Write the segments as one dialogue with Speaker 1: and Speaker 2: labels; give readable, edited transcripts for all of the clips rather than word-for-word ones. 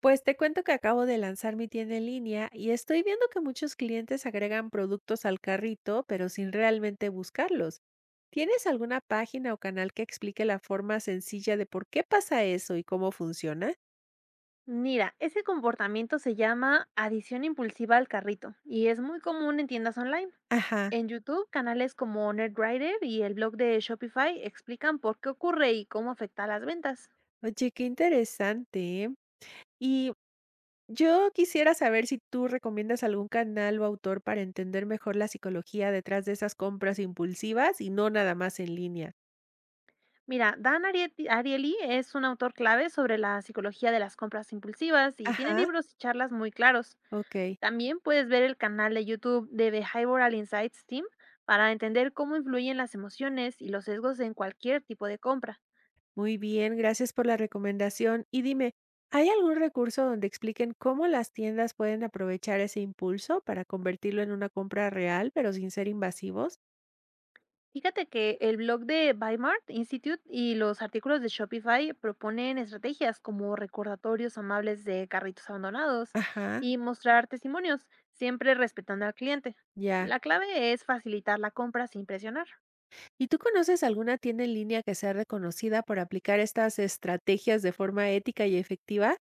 Speaker 1: Pues te cuento que acabo de lanzar mi tienda en línea y estoy viendo que muchos clientes agregan productos al carrito, pero sin realmente buscarlos. ¿Tienes alguna página o canal que explique la forma sencilla de por qué pasa eso y cómo funciona?
Speaker 2: Mira, ese comportamiento se llama adición impulsiva al carrito y es muy común en tiendas online.
Speaker 1: Ajá.
Speaker 2: En YouTube, canales como NerdWriter y el blog de Shopify explican por qué ocurre y cómo afecta a las ventas.
Speaker 1: Oye, qué interesante. ¿Eh? Y yo quisiera saber si tú recomiendas algún canal o autor para entender mejor la psicología detrás de esas compras impulsivas y no nada más en línea.
Speaker 2: Mira, Dan Ariely es un autor clave sobre la psicología de las compras impulsivas y tiene
Speaker 1: Ajá,
Speaker 2: libros y charlas muy claros.
Speaker 1: ok.
Speaker 2: También puedes ver el canal de YouTube de Behavioral Insights Team para entender cómo influyen las emociones y los sesgos en cualquier tipo de compra.
Speaker 1: Muy bien, gracias por la recomendación. Y dime, ¿hay algún recurso donde expliquen cómo las tiendas pueden aprovechar ese impulso para convertirlo en una compra real, pero sin ser invasivos?
Speaker 2: Fíjate que el blog de Bymart Institute y los artículos de Shopify proponen estrategias como recordatorios amables de carritos abandonados
Speaker 1: Ajá,
Speaker 2: y mostrar testimonios, siempre respetando al cliente.
Speaker 1: ya.
Speaker 2: La clave es facilitar la compra sin presionar.
Speaker 1: ¿Y tú conoces alguna tienda en línea que sea reconocida por aplicar estas estrategias de forma ética y efectiva?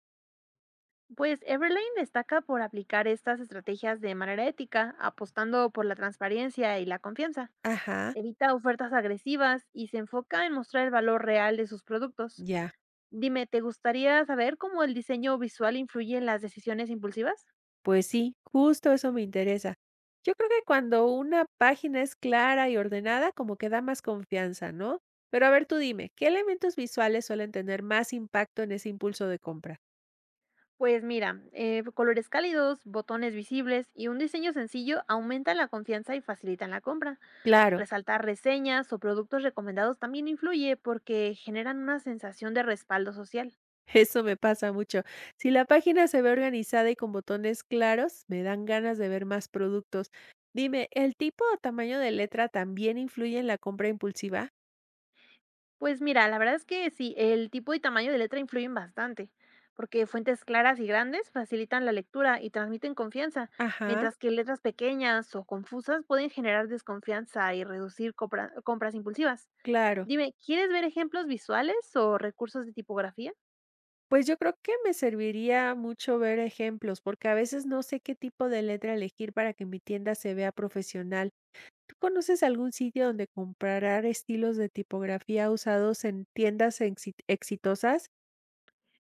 Speaker 2: Pues Everlane destaca por aplicar estas estrategias de manera ética, apostando por la transparencia y la confianza.
Speaker 1: Ajá,
Speaker 2: Evita ofertas agresivas y se enfoca en mostrar el valor real de sus productos.
Speaker 1: ya.
Speaker 2: Dime, ¿te gustaría saber cómo el diseño visual influye en las decisiones impulsivas?
Speaker 1: Pues sí, justo eso me interesa. Yo creo que cuando una página es clara y ordenada, como que da más confianza, ¿no? Pero a ver, tú dime, ¿qué elementos visuales suelen tener más impacto en ese impulso de compra?
Speaker 2: Pues mira, colores cálidos, botones visibles y un diseño sencillo aumentan la confianza y facilitan la compra.
Speaker 1: Claro,
Speaker 2: Resaltar reseñas o productos recomendados también influye porque generan una sensación de respaldo social.
Speaker 1: eso me pasa mucho. Si la página se ve organizada y con botones claros, me dan ganas de ver más productos. Dime, ¿el tipo o tamaño de letra también influye en la compra impulsiva?
Speaker 2: Pues mira, la verdad es que sí, el tipo y tamaño de letra influyen bastante, porque fuentes claras y grandes facilitan la lectura y transmiten confianza,
Speaker 1: Ajá,
Speaker 2: mientras que letras pequeñas o confusas pueden generar desconfianza y reducir compras impulsivas.
Speaker 1: claro.
Speaker 2: Dime, ¿quieres ver ejemplos visuales o recursos de tipografía?
Speaker 1: Pues yo creo que me serviría mucho ver ejemplos, porque a veces no sé qué tipo de letra elegir para que mi tienda se vea profesional. ¿Tú conoces algún sitio donde comparar estilos de tipografía usados en tiendas exitosas?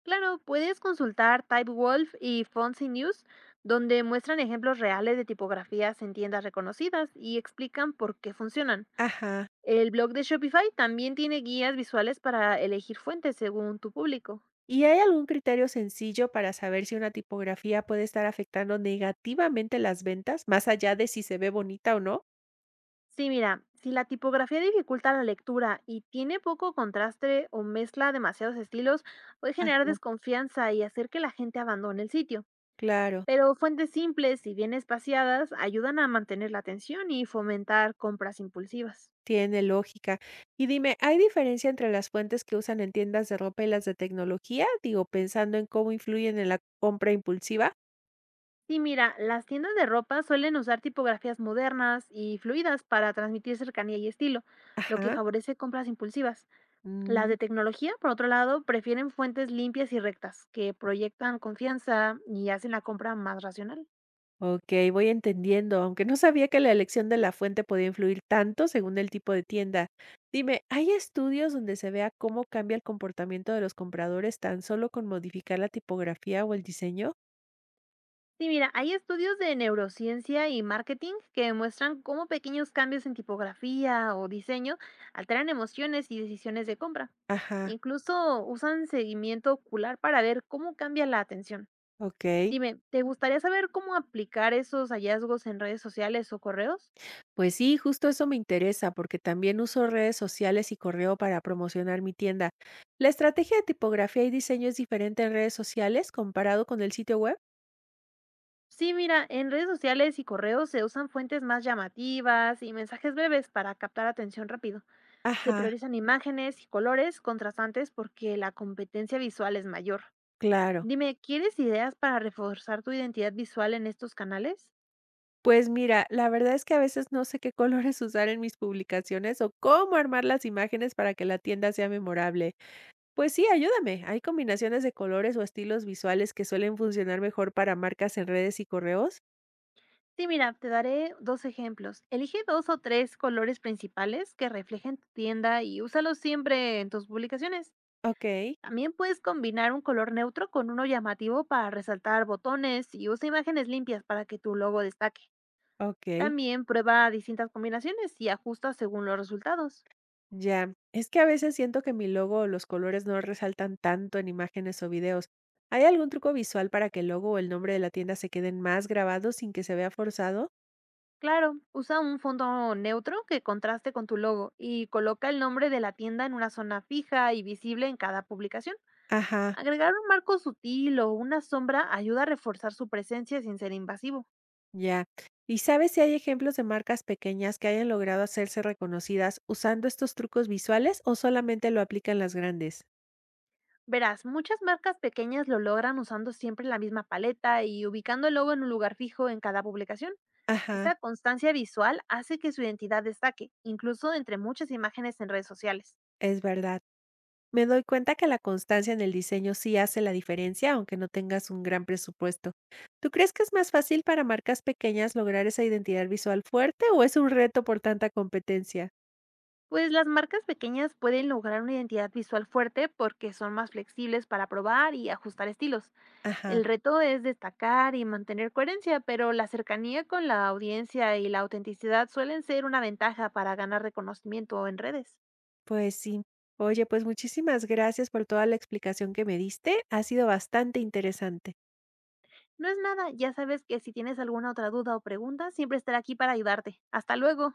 Speaker 2: Claro, puedes consultar Typewolf y Fonzie News, donde muestran ejemplos reales de tipografías en tiendas reconocidas y explican por qué funcionan.
Speaker 1: Ajá.
Speaker 2: El blog de Shopify también tiene guías visuales para elegir fuentes según tu público.
Speaker 1: ¿Y hay algún criterio sencillo para saber si una tipografía puede estar afectando negativamente las ventas, más allá de si se ve bonita o no?
Speaker 2: Sí, mira, si la tipografía dificulta la lectura y tiene poco contraste o mezcla demasiados estilos, puede generar
Speaker 1: Ajá,
Speaker 2: desconfianza y hacer que la gente abandone el sitio.
Speaker 1: claro.
Speaker 2: Pero fuentes simples y bien espaciadas ayudan a mantener la atención y fomentar compras impulsivas.
Speaker 1: Tiene lógica. Y dime, ¿hay diferencia entre las fuentes que usan en tiendas de ropa y las de tecnología? Digo, pensando en cómo influyen en la compra impulsiva.
Speaker 2: Sí, mira, las tiendas de ropa suelen usar tipografías modernas y fluidas para transmitir cercanía y estilo, lo que
Speaker 1: Ajá.
Speaker 2: favorece compras impulsivas. Las
Speaker 1: mm,
Speaker 2: de tecnología, por otro lado, prefieren fuentes limpias y rectas, que proyectan confianza y hacen la compra más racional.
Speaker 1: ok, voy entendiendo, aunque no sabía que la elección de la fuente podía influir tanto según el tipo de tienda. Dime, ¿hay estudios donde se vea cómo cambia el comportamiento de los compradores tan solo con modificar la tipografía o el diseño?
Speaker 2: Sí, mira, hay estudios de neurociencia y marketing que demuestran cómo pequeños cambios en tipografía o diseño alteran emociones y decisiones de compra.
Speaker 1: Ajá,
Speaker 2: Incluso usan seguimiento ocular para ver cómo cambia la atención.
Speaker 1: ok.
Speaker 2: Dime, ¿te gustaría saber cómo aplicar esos hallazgos en redes sociales o correos?
Speaker 1: Pues sí, justo eso me interesa porque también uso redes sociales y correo para promocionar mi tienda. ¿La estrategia de tipografía y diseño es diferente en redes sociales comparado con el sitio web?
Speaker 2: Sí, mira, en redes sociales y correos se usan fuentes más llamativas y mensajes breves para captar atención rápido. Se
Speaker 1: Ajá,
Speaker 2: priorizan imágenes y colores contrastantes porque la competencia visual es mayor.
Speaker 1: claro.
Speaker 2: Dime, ¿quieres ideas para reforzar tu identidad visual en estos canales?
Speaker 1: Pues mira, la verdad es que a veces no sé qué colores usar en mis publicaciones o cómo armar las imágenes para que la tienda sea memorable. Pues sí, ayúdame. ¿Hay combinaciones de colores o estilos visuales que suelen funcionar mejor para marcas en redes y correos?
Speaker 2: Sí, mira, te daré dos ejemplos. Elige dos o tres colores principales que reflejen tu tienda y úsalos siempre en tus publicaciones.
Speaker 1: Ok,
Speaker 2: También puedes combinar un color neutro con uno llamativo para resaltar botones y usa imágenes limpias para que tu logo destaque.
Speaker 1: ok.
Speaker 2: También prueba distintas combinaciones y ajusta según los resultados.
Speaker 1: Ya, es que a veces siento que mi logo o los colores no resaltan tanto en imágenes o videos. ¿Hay algún truco visual para que el logo o el nombre de la tienda se queden más grabados sin que se vea forzado?
Speaker 2: Claro, usa un fondo neutro que contraste con tu logo y coloca el nombre de la tienda en una zona fija y visible en cada publicación.
Speaker 1: Ajá,
Speaker 2: Agregar un marco sutil o una sombra ayuda a reforzar su presencia sin ser invasivo.
Speaker 1: ya. ¿Y sabes si hay ejemplos de marcas pequeñas que hayan logrado hacerse reconocidas usando estos trucos visuales o solamente lo aplican las grandes?
Speaker 2: Verás, muchas marcas pequeñas lo logran usando siempre la misma paleta y ubicando el logo en un lugar fijo en cada publicación.
Speaker 1: Ajá,
Speaker 2: Esa constancia visual hace que su identidad destaque, incluso entre muchas imágenes en redes sociales.
Speaker 1: es verdad. Me doy cuenta que la constancia en el diseño sí hace la diferencia, aunque no tengas un gran presupuesto. ¿Tú crees que es más fácil para marcas pequeñas lograr esa identidad visual fuerte o es un reto por tanta competencia?
Speaker 2: Pues las marcas pequeñas pueden lograr una identidad visual fuerte porque son más flexibles para probar y ajustar estilos.
Speaker 1: Ajá,
Speaker 2: El reto es destacar y mantener coherencia, pero la cercanía con la audiencia y la autenticidad suelen ser una ventaja para ganar reconocimiento en redes.
Speaker 1: pues sí. Oye, pues muchísimas gracias por toda la explicación que me diste. Ha sido bastante interesante.
Speaker 2: No es nada, ya sabes que si tienes alguna otra duda o pregunta, siempre estaré aquí para ayudarte. Hasta luego.